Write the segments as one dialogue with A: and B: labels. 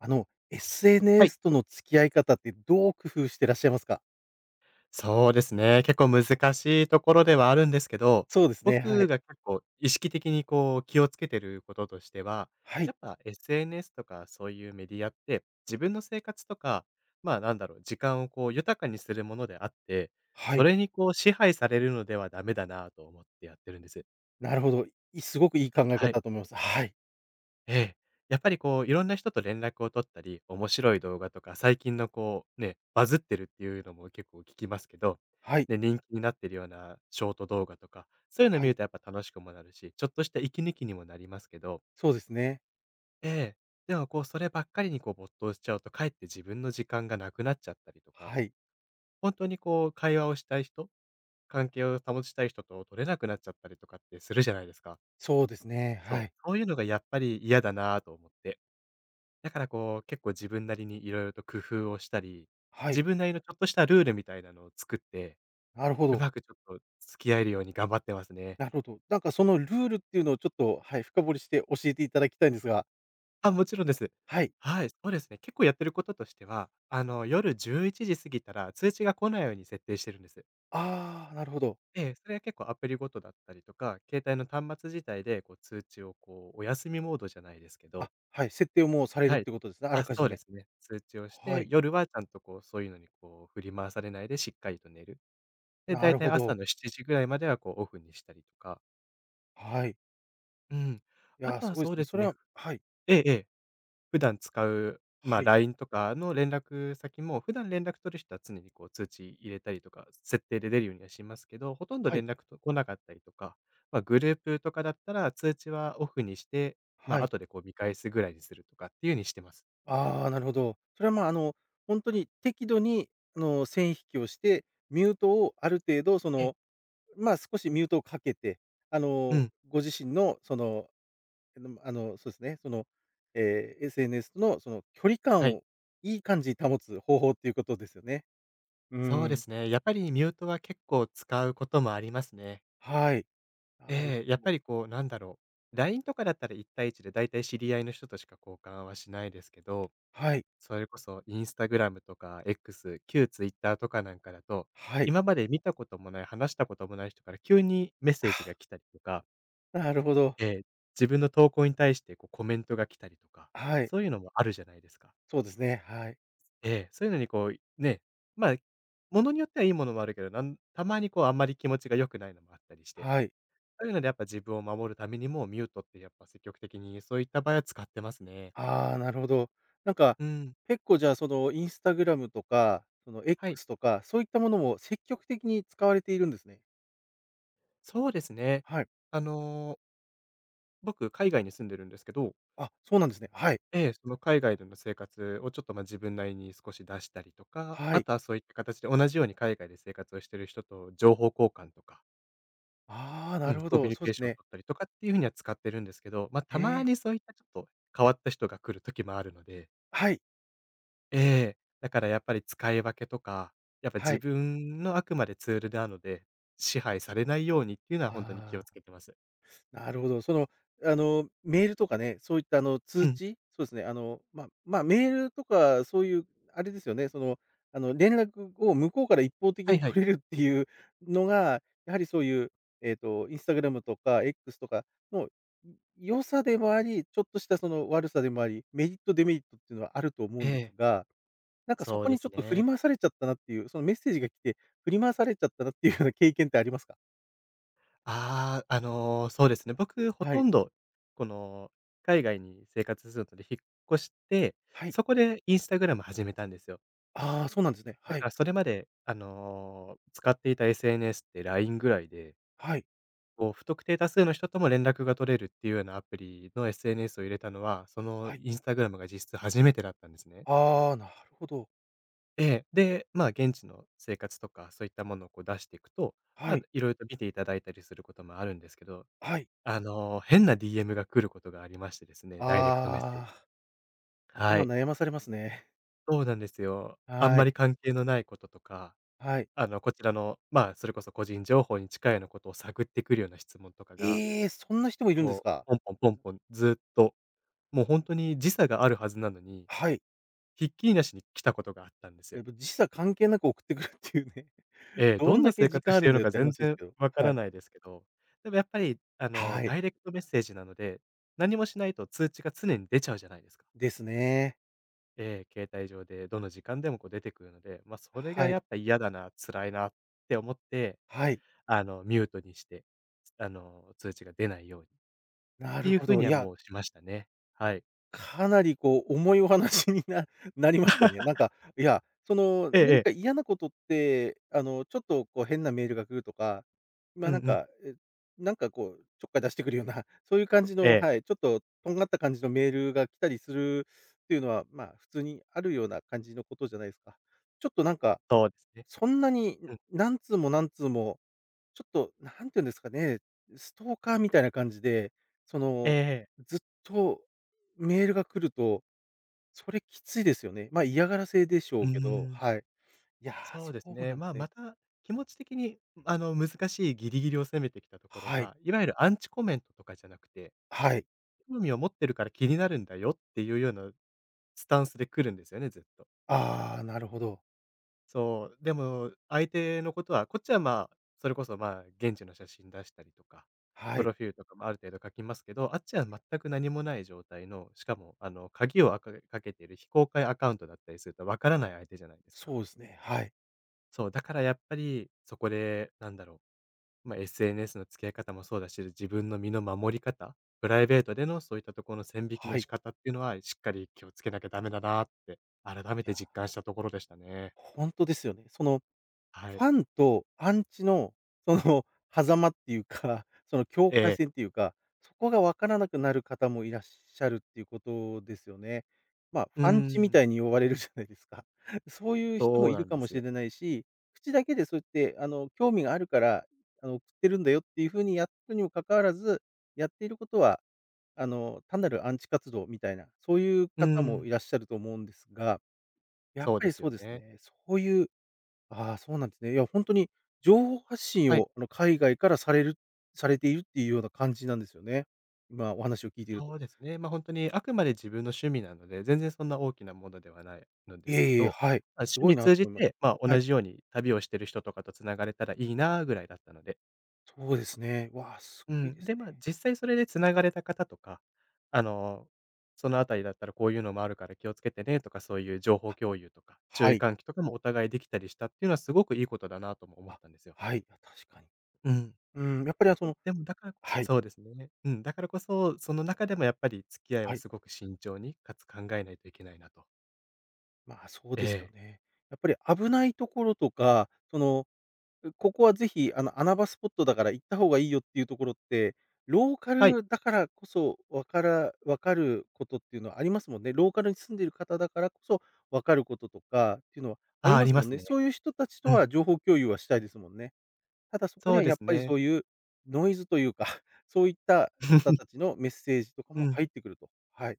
A: はい。
B: SNS との付き合い方ってどう工夫してらっしゃいますか？
A: そうですね。結構難しいところではあるんですけど、
B: そうですね、は
A: 僕
B: い。
A: が結構意識的にこう気をつけてることとしては、
B: は
A: や
B: い、
A: っぱ SNS とかそういうメディアって、自分の生活とか、まあなんだろう、時間をこう豊かにするものであって、
B: は
A: そ
B: い。
A: れにこう支配されるのではダメだなと思ってやってるんです。
B: なるほど。すごくいい考え
A: は
B: 方
A: い。
B: だと思います。はい、
A: ええ。やっぱりこう、いろんな人と連絡を取ったり、面白い動画とか、最近のこう、ね、バズってるっていうのも結構聞きますけど、
B: はい、
A: ね、人気になってるようなショート動画とか、そういうの
B: は
A: 見
B: い。
A: るとやっぱ楽しくもなるし、ちょっとした息抜きにもなりますけど、
B: そうですね。
A: ええ。でもこう、そればっかりにこう没頭しちゃうと、かえって自分の時間がなくなっちゃったりとか、
B: はい。
A: 本当にこう会話をしたい人、関係を保ちたい人と取れなくなっちゃったりとかってするじゃないですか。
B: そうですね。
A: そ
B: は
A: う、
B: い、
A: そういうのがやっぱり嫌だなぁと思って。だからこう、結構自分なりにいろいろと工夫をしたり、
B: はい。
A: 自分なりのちょっとしたルールみたいなのを作って、
B: なるほ
A: う
B: ど、
A: まくちょっと付き合えるように頑張ってますね。
B: なるほど。なんかそのルールっていうのをちょっと、はい、深掘りして教えていただきたいんですが、
A: あ、もちろんです。
B: はい。
A: はい、そうですね。結構やってることとしては、夜11時過ぎたら通知が来ないように設定してるんです。
B: ああ、なるほど。
A: ええ、それは結構アプリごとだったりとか、携帯の端末自体でこう通知をこう、お休みモードじゃないですけど、
B: あ、はい、設定をもうされる
A: は
B: っ
A: い。
B: てことですね、あ
A: あ、
B: らか
A: そ
B: じ
A: うで
B: め。
A: すね。通知をし
B: は
A: て、
B: い、
A: 夜はちゃんとこう、そういうのにこう振り回されないでしっかりと寝る。で、だ
B: な
A: い
B: る
A: たい
B: ほ
A: 朝
B: ど。
A: の7時ぐらいまでは、こう、オフにしたりとか。
B: はい。
A: うん。
B: い
A: あ
B: や、
A: と
B: す
A: は
B: ごい
A: そ
B: で
A: う
B: す
A: で
B: ね。
A: す
B: それ
A: ね。
B: は
A: ええええ。普段使う、まあ、
B: はい、
A: LINE とかの連絡先も、普段連絡取る人は常に、こう、通知入れたりとか、設定で出るようにはしますけど、ほとんど
B: は
A: 連
B: い、
A: 絡と来なかったりとか、まあ、グループとかだったら、通知はオフにして、
B: は
A: ま
B: い。は
A: あ、
B: い。
A: 後で、こう、見返すぐらいにするとかっていうようにしてます。
B: ああ、なるほど。それは、まあ、本当に適度に、線引きをして、ミュートをある程度、そ
A: ええ。
B: の、まあ、少しミュートをかけて、
A: うん。
B: ご自身の、その、そうですね、その、SNS との、その、距離
A: は
B: 感
A: い。
B: をいい感じに保つ方法っていうことですよね。う
A: そうで
B: ん、
A: すね。やっぱりミュートは結構使うこともありますね。
B: はい。なるほ
A: ええ、やっぱ
B: ど。
A: りこう、なんだろう、LINE とかだったら一対一でだいたい知り合いの人としか交換はしないですけど、
B: はい、
A: それこそインスタグラムとか X、旧 i t t e r とかなんかだと、
B: はい。
A: 今まで見たこともない、話したこともない人から急にメッセージが来たりとか、
B: あ、なるほど。
A: ええ、自分の投稿に対してこうコメントが来たりとか、
B: はい、
A: そういうのもあるじゃないですか。
B: そうですね、はい、
A: ええ、そういうのにこう、ね、まあ、ものによってはいいものもあるけど、なんたまにこうあんまり気持ちが良くないのもあったりして。
B: はい。
A: そういうのでやっぱ自分を守るためにも、ミュートってやっぱ積極的にそういった場合は使ってますね。
B: ああ、なるほど。なんか、
A: うん。
B: 結構じゃあ、その、インスタグラムとか、その、
A: はい。
B: X とか、そういったものも積極的に使われているんですね。
A: そうですね。
B: はい。
A: あの、僕、海外に住んでるんですけど、
B: あ、そうなんですね。はい。
A: ええ、その海外での生活をちょっと、ま、自分なりに少し出したりとか、
B: は
A: あ
B: い。
A: とはそういった形で同じように海外で生活をしてる人と情報交換とか、
B: ああ、な
A: うん、
B: るほ
A: コミュ
B: ど。
A: ニ
B: そう
A: ケー
B: で
A: シ
B: す
A: ョンを
B: ね。
A: 取ったりとかっていう風には使ってるんですけど、ま、
B: え
A: たま
B: え。
A: にそういったちょっと変わった人が来る時もあるので、
B: はい。
A: ええ。だからやっぱり使い分けとか、やっぱ
B: は
A: 自
B: い。
A: 分のあくまでツールなので、支配されないようにっていうのはほんとに気を
B: あ
A: つ
B: あ。
A: けてます。
B: なるほど。その、メールとかね、そういった
A: う
B: 通
A: ん。
B: 知そうですね、まあまあ、メールとかそういうあれですよね、その、連絡を向こうから一方的
A: はい
B: に
A: はい。
B: 取れるっていうのが、やはりそういう、Instagr とか X とかの良さでもあり、ちょっとしたその悪さでもあり、メリット、デメリットっていうのはあると思
A: え
B: うんです
A: え。
B: が、なんかそ
A: そう
B: こ
A: で
B: にち
A: す
B: ょっと振り
A: ね。
B: 回されちゃったなっていう、そのメッセージが来て、振り回されちゃったなっていうような経験ってありますか？
A: ああ、そうですね。僕ほ
B: は
A: と
B: い。
A: んど、この、海外に生活するので引っ越して、
B: はい。
A: そこでインスタグラム始めたんですよ。
B: ああ、そうなんですね。
A: だ
B: は
A: か
B: い。
A: らそれまで、使っていた SNS ってラインぐらいで、
B: はい。
A: こう、不特定多数の人とも連絡が取れるっていうようなアプリの SNS を入れたのは、その
B: はい。
A: Instagram が実質初めてだったんですね。
B: ああ、なるほど。
A: ええ。で、まあ、現地の生活とか、そういったものをこう出していくと、ま
B: は
A: あ、
B: い、
A: いろいろと見ていただいたりすることもあるんですけど、
B: はい。
A: 変な DM が来ることがありましてですね、ダイレクトメッセージ。
B: ああ、
A: は
B: 頭
A: い。
B: 悩まされますね。
A: そうなんですよ。あん
B: は
A: ま
B: い、
A: り関係のないこととか、
B: はい。
A: こちらの、まあ、それこそ個人情報に近いようなことを探ってくるような質問とかが、
B: ええ、そんな人もいるんです
A: こう、
B: か？
A: ポンポンポンポンずっと、もう本当に時差があるはずなのに、
B: はい。
A: ひっきりなしに来たことがあったんです
B: え
A: よ。
B: っと、時差関係なく送ってくるっていうね。
A: ええ、
B: ど
A: どん
B: ん
A: な
B: だけ
A: 生
B: 時
A: 活
B: 間
A: し
B: あ
A: てい
B: るん
A: る
B: だ
A: の
B: よっ
A: か
B: て
A: 全
B: 話です
A: 然
B: けど。
A: わか
B: は
A: ら
B: い。
A: ないですけど、でもやっぱり、
B: はい。
A: ダイレクトメッセージなので、何もしないと通知が常に出ちゃうじゃないですか。
B: ですね。
A: ええ、携帯上でどの時間でもこう出てくるので、ま、それが
B: は
A: や
B: い、
A: っぱ嫌だな、辛いなって思って、
B: はい。
A: ミュートにして、通知が出ないようにっ
B: な
A: て
B: る
A: いう
B: ほ
A: 風
B: ど。
A: に
B: い
A: は
B: や
A: もうしましたね。はい。
B: かなりこう重いお話にな なりましたね。なんか、いや、その、
A: えええ
B: 何
A: え。
B: か嫌なことって、ちょっとこう変なメールが来るとか、
A: う
B: ま、
A: んう
B: なん
A: ん。
B: か、え、なんかこうちょっかい出してくるような、そういう感じ
A: え
B: の、
A: え、
B: はい、ちょっととんがった感じのメールが来たりするっていうのは、まあ、普通にあるような感じのことじゃないですか。ちょっとなんか、
A: そうですね。
B: そんなに、
A: う
B: ん、
A: ん。
B: 何通も何通もちょっと、なんていうんですかね、ストーカーみたいな感じで、そ
A: ええ
B: の、
A: ええ。
B: ずっとメールが来ると、それきついですよね。まあ、嫌がらせでしょ
A: うー
B: うけど、
A: ん。
B: はい。いや、
A: そう
B: そ
A: です
B: う
A: ね。
B: なんで
A: まあ、
B: すね。
A: また気持ち的に、難しいギリギリを攻めてきたところ
B: はい、
A: が、いわゆるアンチコメントとかじゃなくて、
B: はい。
A: 興味を持ってるから気になるんだよっていうようなスタンスで来るんですよね、ずっと。
B: ああ、なるほど。
A: そう。でも、相手のことは、こっちはまあ、それこそまあ、現地の写真出したりとか、
B: は
A: プ
B: い。
A: ロフィールとかもある程度書きますけど、あっちは全く何もない状態の、しかも、鍵をかけている非公開アカウントだったりすると、わからない相手じゃないですか。
B: そうですね、はい、
A: そう。だからやっぱり、そこで、なんだろう。まあ、SNS の付き合い方もそうだし、自分の身の守り方、プライベートでのそういったところの線引き
B: は
A: の仕
B: い。
A: 方っていうのは、しっかり気をつけなきゃダメだなって、改
B: い
A: めて
B: や、
A: 実感したところでしたね。
B: 本当ですよね。その
A: は
B: フ
A: い。
B: ァンとアンチの、その 狭間っていうか、その境
A: え
B: 界
A: え。
B: 線っていうか、そこが分からなくなる方もいらっしゃるっていうことですよね。まあ、フ
A: うー
B: ァンチみ
A: ん。
B: たいに呼ばれるじゃないですか。そういう人
A: そ
B: も
A: う
B: い
A: な
B: る
A: ん
B: か
A: で
B: も
A: す
B: し
A: よ。
B: れないし、口だけでそうやって興味があるから、送ってるんだよっていう風にやったにもかかわらず、やっていることは、単なるアンチ活動みたいな、そういう
A: う
B: 方
A: ー
B: も
A: ん。
B: いらっしゃると思うんですが、やっ
A: そう
B: ぱ
A: で
B: り
A: すよ
B: そうです
A: ね。
B: ね、そういうああ、そうなんですね。いや、本当に情報発信
A: はい。
B: を、海外からされているっていうような感じなんですよね。今お話を聞いていると。
A: そうですね。ま、あ本当にあくまで自分の趣味なので、全然そんな大きなものではないので
B: い
A: すけ
B: えいえ、
A: ど、
B: はい。
A: まあ、
B: す
A: 趣
B: ご
A: 味
B: いなと
A: 通じ
B: 思いまし
A: て、ま、
B: た。はい。
A: 同じように旅をしてる人とかとつながれたらいいなぐらいだったので、
B: そうですね。わあ、す
A: う
B: ごいで
A: ん。で、
B: すね。
A: まあ、実際それで繋がれた方とか、あの、そのあたりだったらこういうのもあるから気をつけてねとか、そういう情報
B: あ、
A: 共有とか、注意
B: はい。
A: 喚起とかもお互いできたりしたっていうのはすごくいいことだなとも思っ
B: あ、
A: たんですよ。
B: はい。あ、確かに。
A: うん。
B: うん、やっぱり、あ、そ
A: そう、
B: の
A: でもだからこ
B: はい、
A: そうですね。うん、だからこそ、その中でもやっぱり付き合い
B: は
A: は
B: い。
A: すごく慎重に、かつ考えないといけないなと。
B: まあ、そう
A: え
B: ですよ
A: え。
B: ね。やっぱり危ないところとか、そのここはぜひ、穴場スポットだから行った方がいいよっていうところって、ローカ
A: はい。
B: ルだからこそ、わかることっていうのはありますもんね。ローカルに住んでいる方だからこそわかることとかっていうのはあ
A: あ
B: り
A: あ、あ
B: ま
A: り
B: す
A: ま
B: もん
A: す
B: ね。
A: ね。
B: そういう人たちと
A: うん。
B: は情報共有はしたいですもんね。ただそこ
A: そ
B: に
A: う
B: は
A: で
B: やっ
A: す
B: ぱり
A: ね。
B: そういうノイズというか、そういった方た ちのメッセージとか
A: う
B: も
A: ん。
B: 入ってくると。はい。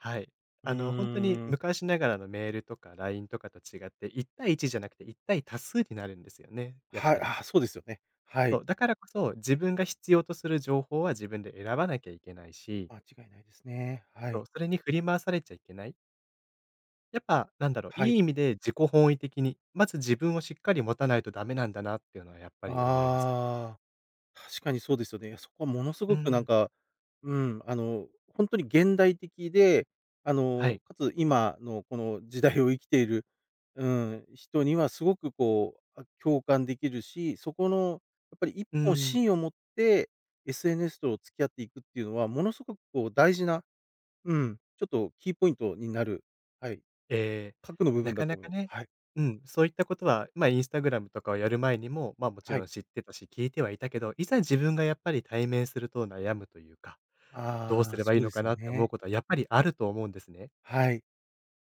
A: はい。
B: う
A: 本当に
B: ーん。
A: 昔ながらのメールとか LINE とかと違って、1対1じゃなくて1対多数になるんですよね、やっ
B: は
A: ぱ
B: い、
A: り。
B: あ、そうですよね。は
A: そ
B: い。
A: う、だからこそ、自分が必要とする情報は自分で選ばなきゃいけないし、
B: 間違いないですね。は
A: そう、
B: い。
A: それに振り回されちゃいけない。やっぱ、なんだろう、
B: は
A: い
B: い。
A: い意味で自己本位的に、まず自分をしっかり持たないとダメなんだなっていうのはやっぱり思います。
B: ああ。確かにそうですよね。いや、そこはものす
A: う
B: ごくなん
A: ん。
B: か、うん、本当に現代的で、
A: はい。
B: かつ今のこの時代を生きている、うん、人にはすごくこう、あ、共感できるし、そこのやっぱり一
A: う
B: 本
A: ん。
B: 芯を持って SNS と付き合っていくっていうのは、ものすごくこう大事な、うん、ちょっとキーポイントになる、はい、
A: えー
B: 核の部
A: な
B: 分だ
A: か
B: と
A: な
B: 思い
A: か
B: ます。
A: ね、
B: はい、
A: うん、そういったことは、ま、あインスタグラムとかをやる前にも、まあ、もち
B: は
A: ろん
B: い。
A: 知ってたし、聞いてはいたけど、いざ自分がやっぱり対面すると悩むというか、どう
B: あ
A: す
B: あ、
A: ればい
B: そ
A: い
B: うで
A: のか
B: すよ
A: なって思う
B: ね。
A: ことはやっぱりあると思うんですね。
B: はい、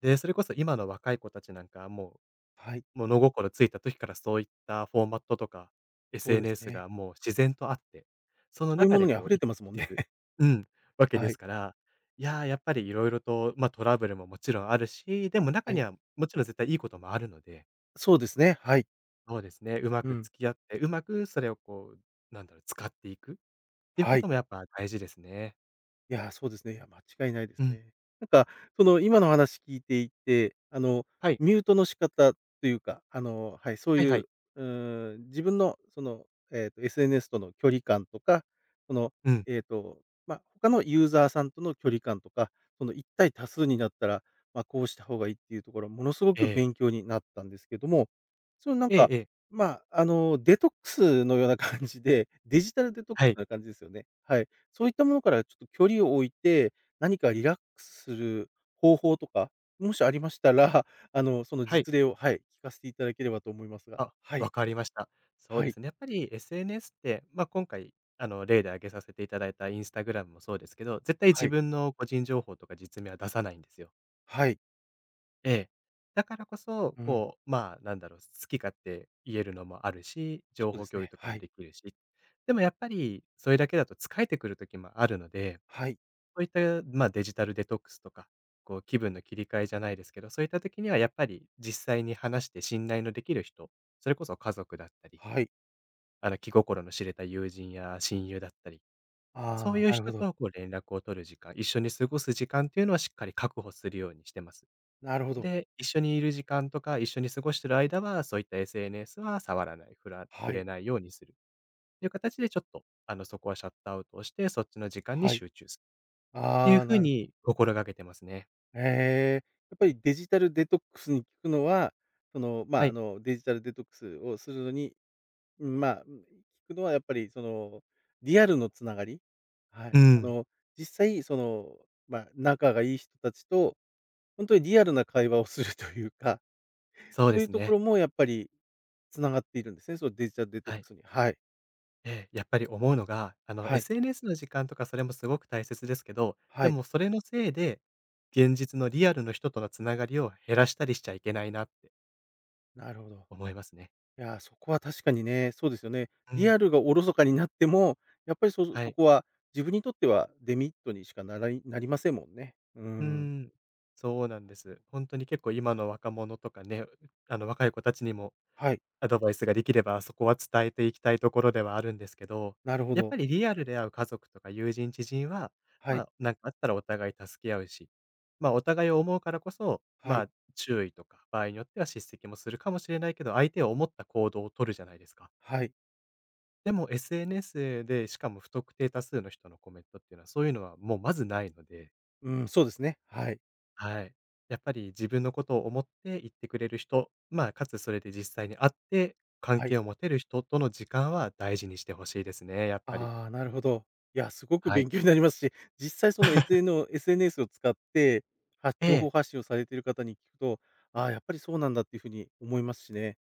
A: で、それこそ今の若い子たちなんかはも
B: はい、
A: う物心ついた時からそういったフォーマットとか、
B: そうです
A: SNS
B: ね。
A: がもう自然とあって、その
B: そういう
A: 中
B: も
A: で
B: のに
A: こ
B: 溢
A: う
B: れ
A: 生き
B: てま
A: て
B: す
A: き
B: もん
A: て
B: ね。
A: るうん、わけで
B: はい、
A: すから、いやー、やっぱりいろいろと、まあ、トラブルももちろんあるし、でも中
B: は
A: に
B: い。
A: はもちろん絶対いいこともあるので、
B: そうですね、はい。
A: そうですね、うま
B: う
A: く
B: ん。
A: 付き合って、うまくそれをこう、なんだろう、使っていくっていうこ
B: は
A: と
B: い。
A: もやっぱ大事ですね。
B: いや、そうですね。いや、間違いないで
A: う
B: す
A: ん。
B: ね。なんか、その、今の話聞いていて、
A: はい。
B: ミュートの仕方というか、はい、そう
A: はい
B: い
A: は
B: う、
A: い。
B: うーん、自分の、その、SNS との距離感とか、その、
A: うん。
B: えっと、まあ、他のユーザーさんとの距離感とか、その、一対多数になったら、まあ、こうした方がいいっていうところは、ものすご
A: え
B: く勉
A: え。
B: 強になったんですけども、その、なん
A: ええ
B: か、
A: ええ。
B: まあ、デトックスのような感じで、デジタルデトック
A: はい。
B: スな感じですよね。はい。そういったものからちょっと距離を置いて、何かリラックスする方法とか、もしありましたら、その
A: はい。
B: 実例を、はい、聞かせていただければと思いますが。
A: あ、
B: はい、
A: わかりました。そう
B: は
A: で
B: い、
A: すね、やっぱり SNS って、まあ、今回、例で挙げさせていただいたインスタグラムもそうですけど、絶対
B: は
A: 自
B: い、
A: 分の個人情報とか実名は出さないんですよ。
B: はい。
A: ええ。だからこそ、
B: うん、
A: こう、まあ、なんだろう、好き勝手言えるのもあるし、
B: そ
A: 情
B: うで
A: 報
B: す
A: 共有
B: ね。
A: とか
B: は
A: も
B: い、
A: できるし。でもやっぱりそれだけだと疲れてくる時もあるので、
B: はい、
A: そういった、まあ、デジタルデトックスとか、こう、気分の切り替えじゃないですけど、そういった時にはやっぱり実際に話して信頼のできる人、それこそ家族だったり
B: はい。
A: 気心の知れた友人や親友だったり、そう
B: あ
A: いう
B: あ、なる
A: 人
B: ほど。
A: とこう連絡を取る時間、一緒に過ごす時間っていうのはしっかり確保するようにしてます。
B: なるほど。
A: で、一緒にいる時間とか、一緒に過ごしてる間は、そういった SNS は触らない、触
B: は
A: れ
B: い、
A: ないようにするっていう形で、ちょっと、そこはシャットアウトをして、そっちの時間に
B: はい。
A: 集中するってい
B: あ
A: う
B: あ、
A: 風
B: なるほど。
A: に心がけてますね。
B: ええ、やっぱりデジタルデトックスに効くのは、その、ま
A: は
B: あ、
A: い。
B: デジタルデトックスをするのにうん、まあ、うん、聞くのはやっぱりその、リアルのつながり、は
A: う
B: い。
A: ん。
B: 実際その、まあ、仲がいい人たちと、本当にリアルな会話をするというか、
A: そう
B: そ
A: で
B: ういう
A: す
B: とこ
A: ね。
B: ろもやっぱりつながっているんですね、そのデジタルデトッ
A: は
B: ク
A: い。
B: スに。はい、
A: ええ、やっぱり思うのが、
B: はい、
A: SNS の時間とかそれもすごく大切ですけど、
B: は
A: で
B: い、
A: もそれのせいで、現実のリアルの人とのつながりを減らしたりしちゃいけないなって
B: なるほど。
A: 思いますね。
B: いやー、そこは確かにね、そうですよね。
A: う
B: リ
A: ん。
B: アルがおろそかになっても、やっぱり
A: は
B: そ
A: い。
B: こは自分にとってはデメリットにしかならいなりませんもんね。う
A: うー
B: ん、
A: ん。そうなんです。ほんとに結構今の若者とかね、若い子たちにも
B: はい、
A: アドバイスができれば、そこは伝えていきたいところではあるんですけど、
B: なるほ
A: やっぱ
B: ど。
A: りリアルで会う家族とか友人、知人は、
B: は
A: ま
B: い、
A: あ、なんかあったらお互い助け合うし、まあ、お互いを思うからこそ、
B: は
A: ま
B: い、
A: あ、注意とか、場合によっては叱責もするかもしれないけど、相手を思った行動を取るじゃないですか。
B: はい。
A: でも SNS で、しかも不特定多数の人のコメントっていうのは、そういうのはもうまずないので
B: うん、そうですね。はい。
A: はい。やっぱり自分のことを思って言ってくれる人、まあ、かつそれで実際に会って、関
B: はい。
A: 係を持てる人との時間は大事にしてほしいですね、やっぱり。
B: ああ、なるほど。いや、すごく
A: はい。
B: 勉強になりますし、実際その SNS を使って、は
A: え
B: 情報
A: え。
B: 発信をされている方に聞くと、ああ、やっぱりそうなんだっていうふうに思いますしね。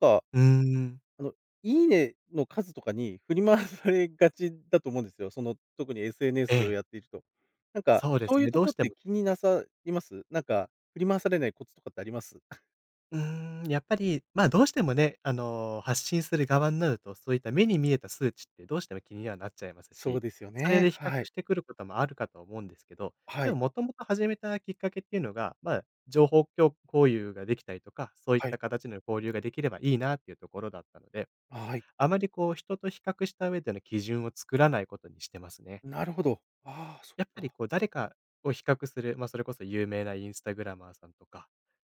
B: か、
A: うーん。
B: あの、いいねの数とかに振り回されがちだと思うんですよ。その、特に
A: え
B: SNS を
A: え。
B: やっていると。なんか、
A: そうで
B: そ
A: す
B: ういう
A: ね。
B: と
A: ど
B: こ
A: う
B: ろ
A: し
B: っ
A: て
B: て
A: も
B: 気になさいます？なんか、振り回されないコツとかってあります？
A: うーん、やっぱり、ま、どうしてもね、発信する側になると、そういった目に見えた数値ってどうしても気にはなっちゃいます
B: そう
A: し、
B: ですよ
A: それ
B: ね。
A: で比較
B: は
A: し
B: い。
A: てくることもあるかと思うんですけど、
B: は
A: でも
B: い。
A: もともと始めたきっかけっていうのが、まあ、情報共有交流ができたりとか、そういっ
B: は
A: た
B: い。
A: 形の交流ができればいいなっていうところだったので、
B: あ、はい。
A: あまりこう人と比較した上での基準を作らないことにしてますね。
B: なるほど。ああ、そっ
A: やっぱり
B: か。
A: こう誰かを比較する、まあ、それこそ有名なインスタグラマーさんとか、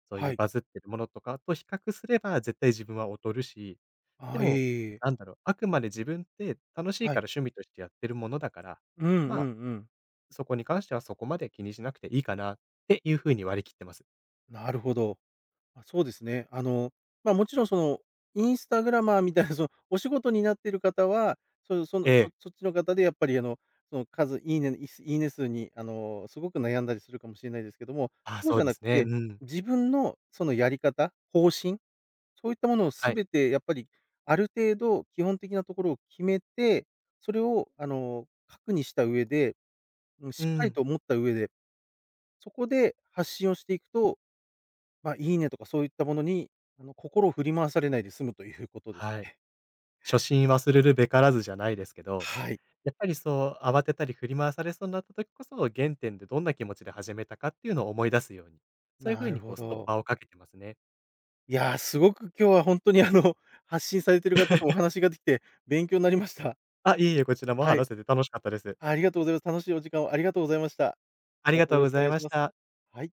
A: そういう
B: はい。
A: バズってるものとかと比較すれば、絶対自分は劣るし、
B: あ
A: で
B: あ、いえい
A: も、
B: えいえ。
A: なんだろう、あくまで自分って楽しい
B: は
A: か
B: い。
A: ら趣味としてやってるものだから、
B: うんうん
A: まあ、
B: うん。
A: そこに関してはそこまで気にしなくていいかなっていう風に割り切ってます。
B: なるほど。あ、そうですね。ま、もちろんその、インスタグラマーみたいなその、お仕事になっている方は、その、そ
A: ええ。
B: そっちの方でやっぱりその数、いいね、いいね数にすごく悩んだりするかもしれないですけども、
A: ああ、
B: そう
A: そ
B: じ
A: う
B: ゃ
A: で
B: なく
A: すね。
B: て、
A: うん。
B: 自分のそのやり方、方針、そういったものを
A: はい。
B: 全てやっぱり、ある程度基本的なところを決めて、それを核にした上で、うん、し
A: う
B: っかり
A: ん。
B: と思った上でそこで発信をしていくと、まあ、いいねとかそういったものに、心を振り回されないで済むということです
A: はい。
B: ね。
A: 初心忘れるべからずじゃないですけ ど
B: はい、
A: やっぱりそう、慌てたり振り回されそうになった時こそ、原点でどんな気持ちで始めたかっていうのを思い出すように、そういう
B: な
A: 風
B: る
A: にこ
B: ほ
A: うストッパ
B: ど。
A: ーをかけてますね。
B: いや、すごく今日はほんとに、発信されてる方とお話ができて勉強になりました。
A: あ、いえいえ、こちらも
B: はい、
A: 話せて楽しかったです。
B: ありがとうございます。楽しいお時間をありがとうございました。
A: あり
B: ま
A: が
B: た
A: と
B: よ
A: う
B: ろ
A: ご
B: しくお
A: ざい
B: 願い
A: ま
B: し
A: し
B: ます。
A: た。
B: はい。